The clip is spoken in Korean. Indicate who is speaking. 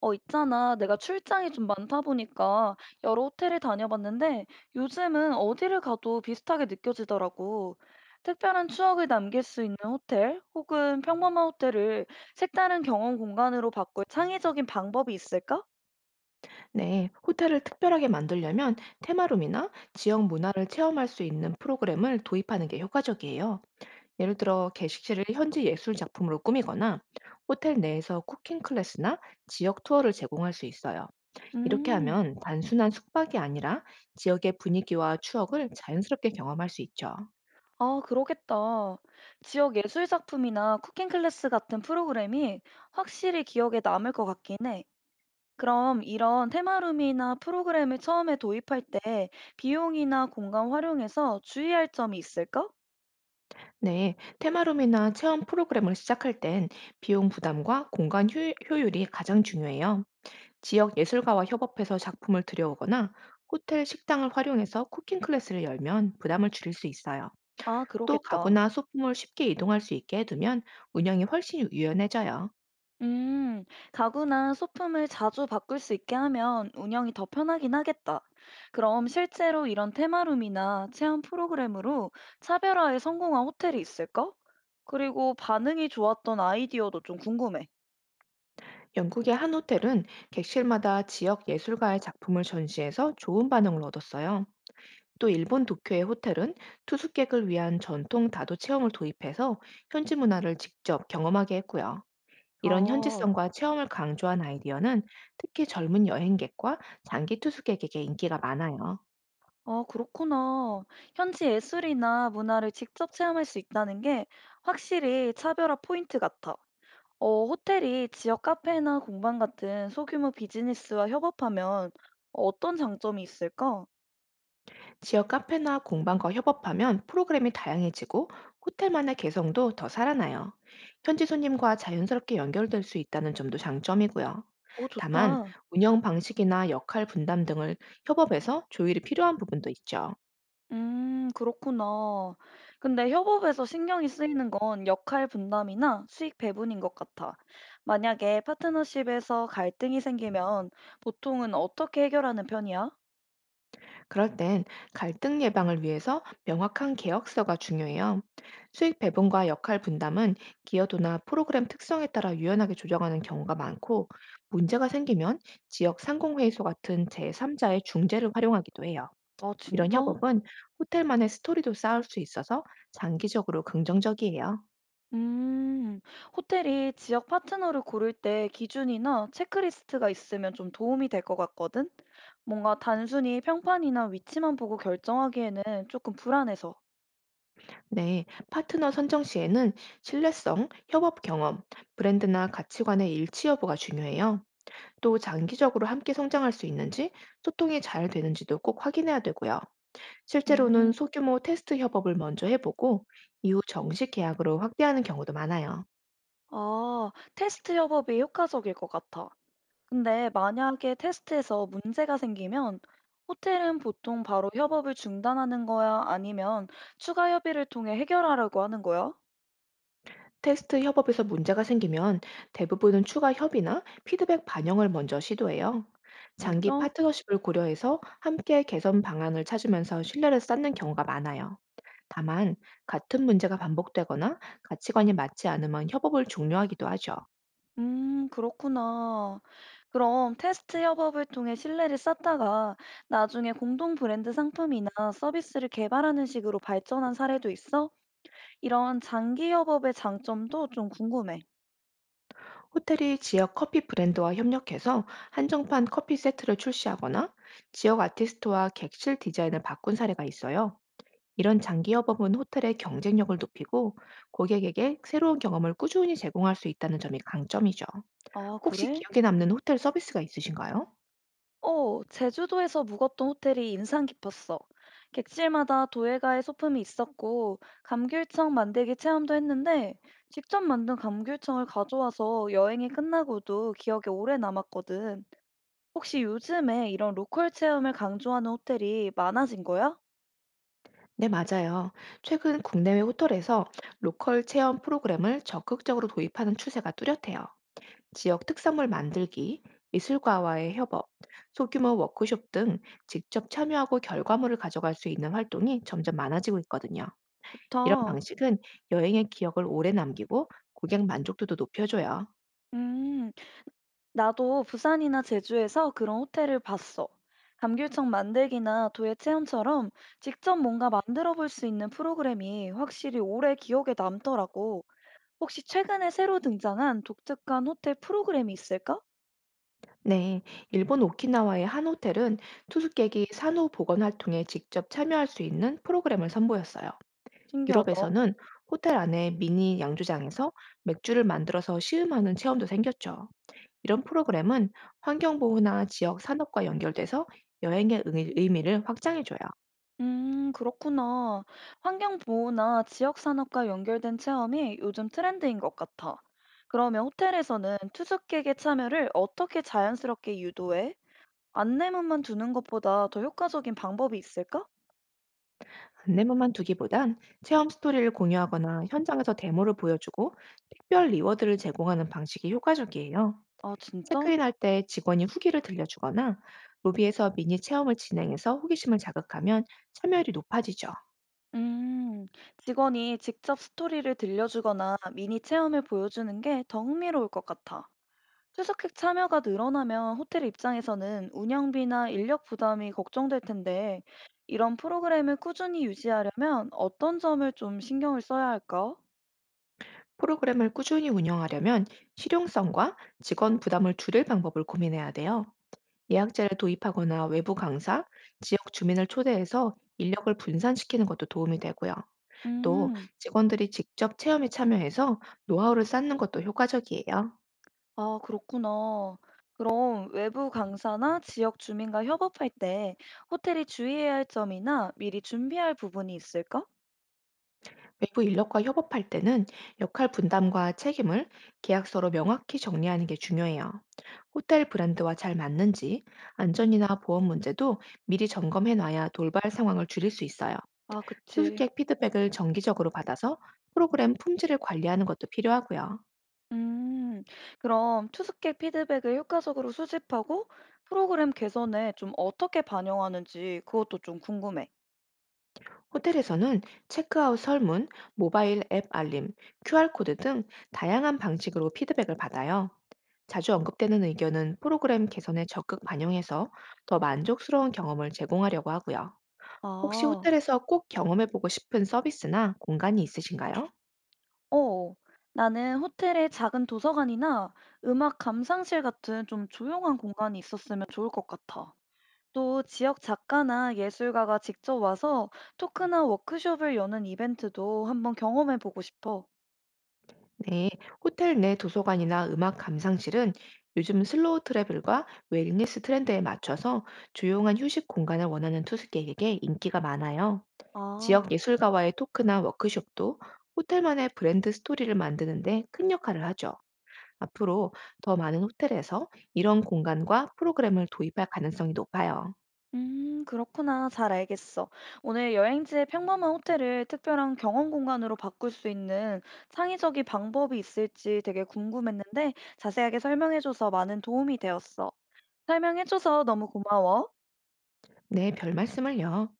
Speaker 1: 있잖아. 내가 출장이 좀 많다 보니까 여러 호텔을 다녀봤는데 요즘은 어디를 가도 비슷하게 느껴지더라고. 특별한 추억을 남길 수 있는 호텔 혹은 평범한 호텔을 색다른 경험 공간으로 바꿀 창의적인 방법이 있을까?
Speaker 2: 네, 호텔을 특별하게 만들려면 테마룸이나 지역 문화를 체험할 수 있는 프로그램을 도입하는 게 효과적이에요. 예를 들어 게시실을 현지 예술 작품으로 꾸미거나 호텔 내에서 쿠킹 클래스나 지역 투어를 제공할 수 있어요. 이렇게
Speaker 1: 음,
Speaker 2: 하면 단순한 숙박이 아니라 지역의 분위기와 추억을 자연스럽게 경험할 수 있죠.
Speaker 1: 아, 그러겠다. 지역 예술 작품이나 쿠킹 클래스 같은 프로그램이 확실히 기억에 남을 것 같긴 해. 그럼 이런 테마룸이나 프로그램을 처음에 도입할 때 비용이나 공간 활용에서 주의할 점이 있을까?
Speaker 2: 네, 테마룸이나 체험 프로그램을 시작할 땐 비용 부담과 공간 효율이 가장 중요해요. 지역 예술가와 협업해서 작품을 들여오거나 호텔 식당을 활용해서 쿠킹 클래스를 열면 부담을 줄일 수 있어요.
Speaker 1: 아,
Speaker 2: 또
Speaker 1: 그러겠다.
Speaker 2: 가구나 소품을 쉽게 이동할 수 있게 해두면 운영이 훨씬 유연해져요.
Speaker 1: 음, 가구나 소품을 자주 바꿀 수 있게 하면 운영이 더 편하긴 하겠다. 그럼 실제로 이런 테마룸이나 체험 프로그램으로 차별화에 성공한 호텔이 있을까? 그리고 반응이 좋았던 아이디어도 좀 궁금해.
Speaker 2: 영국의 한 호텔은 객실마다 지역 예술가의 작품을 전시해서 좋은 반응을 얻었어요. 또 일본 도쿄의 호텔은 투숙객을 위한 전통 다도 체험을 도입해서 현지 문화를 직접 경험하게 했고요. 이런
Speaker 1: 아.
Speaker 2: 현지성과 체험을 강조한 아이디어는 특히 젊은 여행객과 장기 투숙객에게 인기가 많아요.
Speaker 1: 아, 그렇구나. 현지 예술이나 문화를 직접 체험할 수 있다는 게 확실히 차별화 포인트 같아. 호텔이 지역 카페나 공방 같은 소규모 비즈니스와 협업하면 어떤 장점이 있을까?
Speaker 2: 지역 카페나 공방과 협업하면 프로그램이 다양해지고 호텔만의 개성도 더 살아나요. 현지 손님과 자연스럽게 연결될 수 있다는 점도 장점이고요.
Speaker 1: 오,
Speaker 2: 다만
Speaker 1: 좋다.
Speaker 2: 운영 방식이나 역할 분담 등을 협업에서 조율이 필요한 부분도 있죠.
Speaker 1: 그렇구나. 근데 협업에서 신경이 쓰이는 건 역할 분담이나 수익 배분인 것 같아. 만약에 파트너십에서 갈등이 생기면 보통은 어떻게 해결하는 편이야?
Speaker 2: 그럴 땐 갈등 예방을 위해서 명확한 계약서가 중요해요. 수익 배분과 역할 분담은 기여도나 프로그램 특성에 따라 유연하게 조정하는 경우가 많고, 문제가 생기면 지역 상공회의소 같은 제3자의 중재를 활용하기도 해요.
Speaker 1: 아,
Speaker 2: 이런
Speaker 1: 진짜?
Speaker 2: 협업은 호텔만의 스토리도 쌓을 수 있어서 장기적으로 긍정적이에요.
Speaker 1: 음, 호텔이 지역 파트너를 고를 때 기준이나 체크리스트가 있으면 좀 도움이 될 것 같거든? 뭔가 단순히 평판이나 위치만 보고 결정하기에는 조금 불안해서.
Speaker 2: 네, 파트너 선정 시에는 신뢰성, 협업 경험, 브랜드나 가치관의 일치 여부가 중요해요. 또 장기적으로 함께 성장할 수 있는지, 소통이 잘 되는지도 꼭 확인해야 되고요. 실제로는
Speaker 1: 음,
Speaker 2: 소규모 테스트 협업을 먼저 해보고, 이후 정식 계약으로 확대하는 경우도 많아요.
Speaker 1: 아, 테스트 협업이 효과적일 것 같아. 근데 만약에 테스트에서 문제가 생기면 호텔은 보통 바로 협업을 중단하는 거야? 아니면 추가 협의를 통해 해결하려고 하는 거야?
Speaker 2: 테스트 협업에서 문제가 생기면 대부분은 추가 협의나 피드백 반영을 먼저 시도해요. 장기
Speaker 1: 진짜?
Speaker 2: 파트너십을 고려해서 함께 개선 방안을 찾으면서 신뢰를 쌓는 경우가 많아요. 다만, 같은 문제가 반복되거나 가치관이 맞지 않으면 협업을 종료하기도 하죠.
Speaker 1: 그렇구나. 그럼 테스트 협업을 통해 신뢰를 쌓다가 나중에 공동 브랜드 상품이나 서비스를 개발하는 식으로 발전한 사례도 있어? 이런 장기 협업의 장점도 좀 궁금해.
Speaker 2: 호텔이 지역 커피 브랜드와 협력해서 한정판 커피 세트를 출시하거나 지역 아티스트와 객실 디자인을 바꾼 사례가 있어요. 이런 장기 협업은 호텔의 경쟁력을 높이고 고객에게 새로운 경험을 꾸준히 제공할 수 있다는 점이 강점이죠.
Speaker 1: 아,
Speaker 2: 혹시
Speaker 1: 그래?
Speaker 2: 기억에 남는 호텔 서비스가 있으신가요?
Speaker 1: 제주도에서 묵었던 호텔이 인상 깊었어. 객실마다 도예가의 소품이 있었고, 감귤청 만들기 체험도 했는데, 직접 만든 감귤청을 가져와서 여행이 끝나고도 기억에 오래 남았거든. 혹시 요즘에 이런 로컬 체험을 강조하는 호텔이 많아진 거야?
Speaker 2: 네, 맞아요. 최근 국내외 호텔에서 로컬 체험 프로그램을 적극적으로 도입하는 추세가 뚜렷해요. 지역 특산물 만들기, 미술과와의 협업, 소규모 워크숍 등 직접 참여하고 결과물을 가져갈 수 있는 활동이 점점 많아지고 있거든요. 이런
Speaker 1: 좋다.
Speaker 2: 방식은 여행의 기억을 오래 남기고 고객 만족도도 높여줘요.
Speaker 1: 음, 나도 부산이나 제주에서 그런 호텔을 봤어. 감귤청 만들기나 도예 체험처럼 직접 뭔가 만들어 볼 수 있는 프로그램이 확실히 오래 기억에 남더라고. 혹시 최근에 새로 등장한 독특한 호텔 프로그램이 있을까?
Speaker 2: 네, 일본 오키나와의 한 호텔은 투숙객이 산호 복원 활동에 직접 참여할 수 있는 프로그램을 선보였어요.
Speaker 1: 신기하다.
Speaker 2: 유럽에서는 호텔 안에 미니 양조장에서 맥주를 만들어서 시음하는 체험도 생겼죠. 이런 프로그램은 환경보호나 지역 산업과 연결돼서 여행의 의미를 확장해줘요.
Speaker 1: 그렇구나. 환경 보호나 지역 산업과 연결된 체험이 요즘 트렌드인 것 같아. 그러면 호텔에서는 투숙객의 참여를 어떻게 자연스럽게 유도해? 안내문만 두는 것보다 더 효과적인 방법이 있을까?
Speaker 2: 안내문만 두기보단 체험 스토리를 공유하거나 현장에서 데모를 보여주고 특별 리워드를 제공하는 방식이 효과적이에요.
Speaker 1: 아, 진짜?
Speaker 2: 체크인할 때 직원이 후기를 들려주거나 로비에서 미니 체험을 진행해서 호기심을 자극하면 참여율이 높아지죠.
Speaker 1: 음, 직원이 직접 스토리를 들려주거나 미니 체험을 보여주는 게 더 흥미로울 것 같아. 투숙객 참여가 늘어나면 호텔 입장에서는 운영비나 인력 부담이 걱정될 텐데, 이런 프로그램을 꾸준히 유지하려면 어떤 점을 좀 신경을 써야 할까?
Speaker 2: 프로그램을 꾸준히 운영하려면 실용성과 직원 부담을 줄일 방법을 고민해야 돼요. 예약제를 도입하거나 외부 강사, 지역 주민을 초대해서 인력을 분산시키는 것도 도움이 되고요. 또
Speaker 1: 음,
Speaker 2: 직원들이 직접 체험에 참여해서 노하우를 쌓는 것도 효과적이에요.
Speaker 1: 아, 그렇구나. 그럼 외부 강사나 지역 주민과 협업할 때 호텔이 주의해야 할 점이나 미리 준비할 부분이 있을까?
Speaker 2: 외부 인력과 협업할 때는 역할 분담과 책임을 계약서로 명확히 정리하는 게 중요해요. 호텔 브랜드와 잘 맞는지 안전이나 보험 문제도 미리 점검해 놔야 돌발 상황을 줄일 수 있어요.
Speaker 1: 아, 그치.
Speaker 2: 투숙객 피드백을 정기적으로 받아서 프로그램 품질을 관리하는 것도 필요하고요.
Speaker 1: 음, 그럼 투숙객 피드백을 효과적으로 수집하고 프로그램 개선에 좀 어떻게 반영하는지 그것도 좀 궁금해.
Speaker 2: 호텔에서는 체크아웃 설문, 모바일 앱 알림, QR코드 등 다양한 방식으로 피드백을 받아요. 자주 언급되는 의견은 프로그램 개선에 적극 반영해서 더 만족스러운 경험을 제공하려고 하고요. 혹시
Speaker 1: 아,
Speaker 2: 호텔에서 꼭 경험해보고 싶은 서비스나 공간이 있으신가요?
Speaker 1: 어. 나는 호텔에 작은 도서관이나 음악 감상실 같은 좀 조용한 공간이 있었으면 좋을 것 같아. 또 지역 작가나 예술가가 직접 와서 토크나 워크숍을 여는 이벤트도 한번 경험해 보고 싶어.
Speaker 2: 네, 호텔 내 도서관이나 음악 감상실은 요즘 슬로우 트래블과 웰니스 트렌드에 맞춰서 조용한 휴식 공간을 원하는 투숙객에게 인기가 많아요. 지역
Speaker 1: 아,
Speaker 2: 예술가와의 토크나 워크숍도 호텔만의 브랜드 스토리를 만드는데 큰 역할을 하죠. 앞으로 더 많은 호텔에서 이런 공간과 프로그램을 도입할 가능성이 높아요.
Speaker 1: 그렇구나. 잘 알겠어. 오늘 여행지의 평범한 호텔을 특별한 경험 공간으로 바꿀 수 있는 창의적인 방법이 있을지 되게 궁금했는데 자세하게 설명해줘서 많은 도움이 되었어. 설명해 줘서 너무 고마워.
Speaker 2: 네, 별 말씀을요.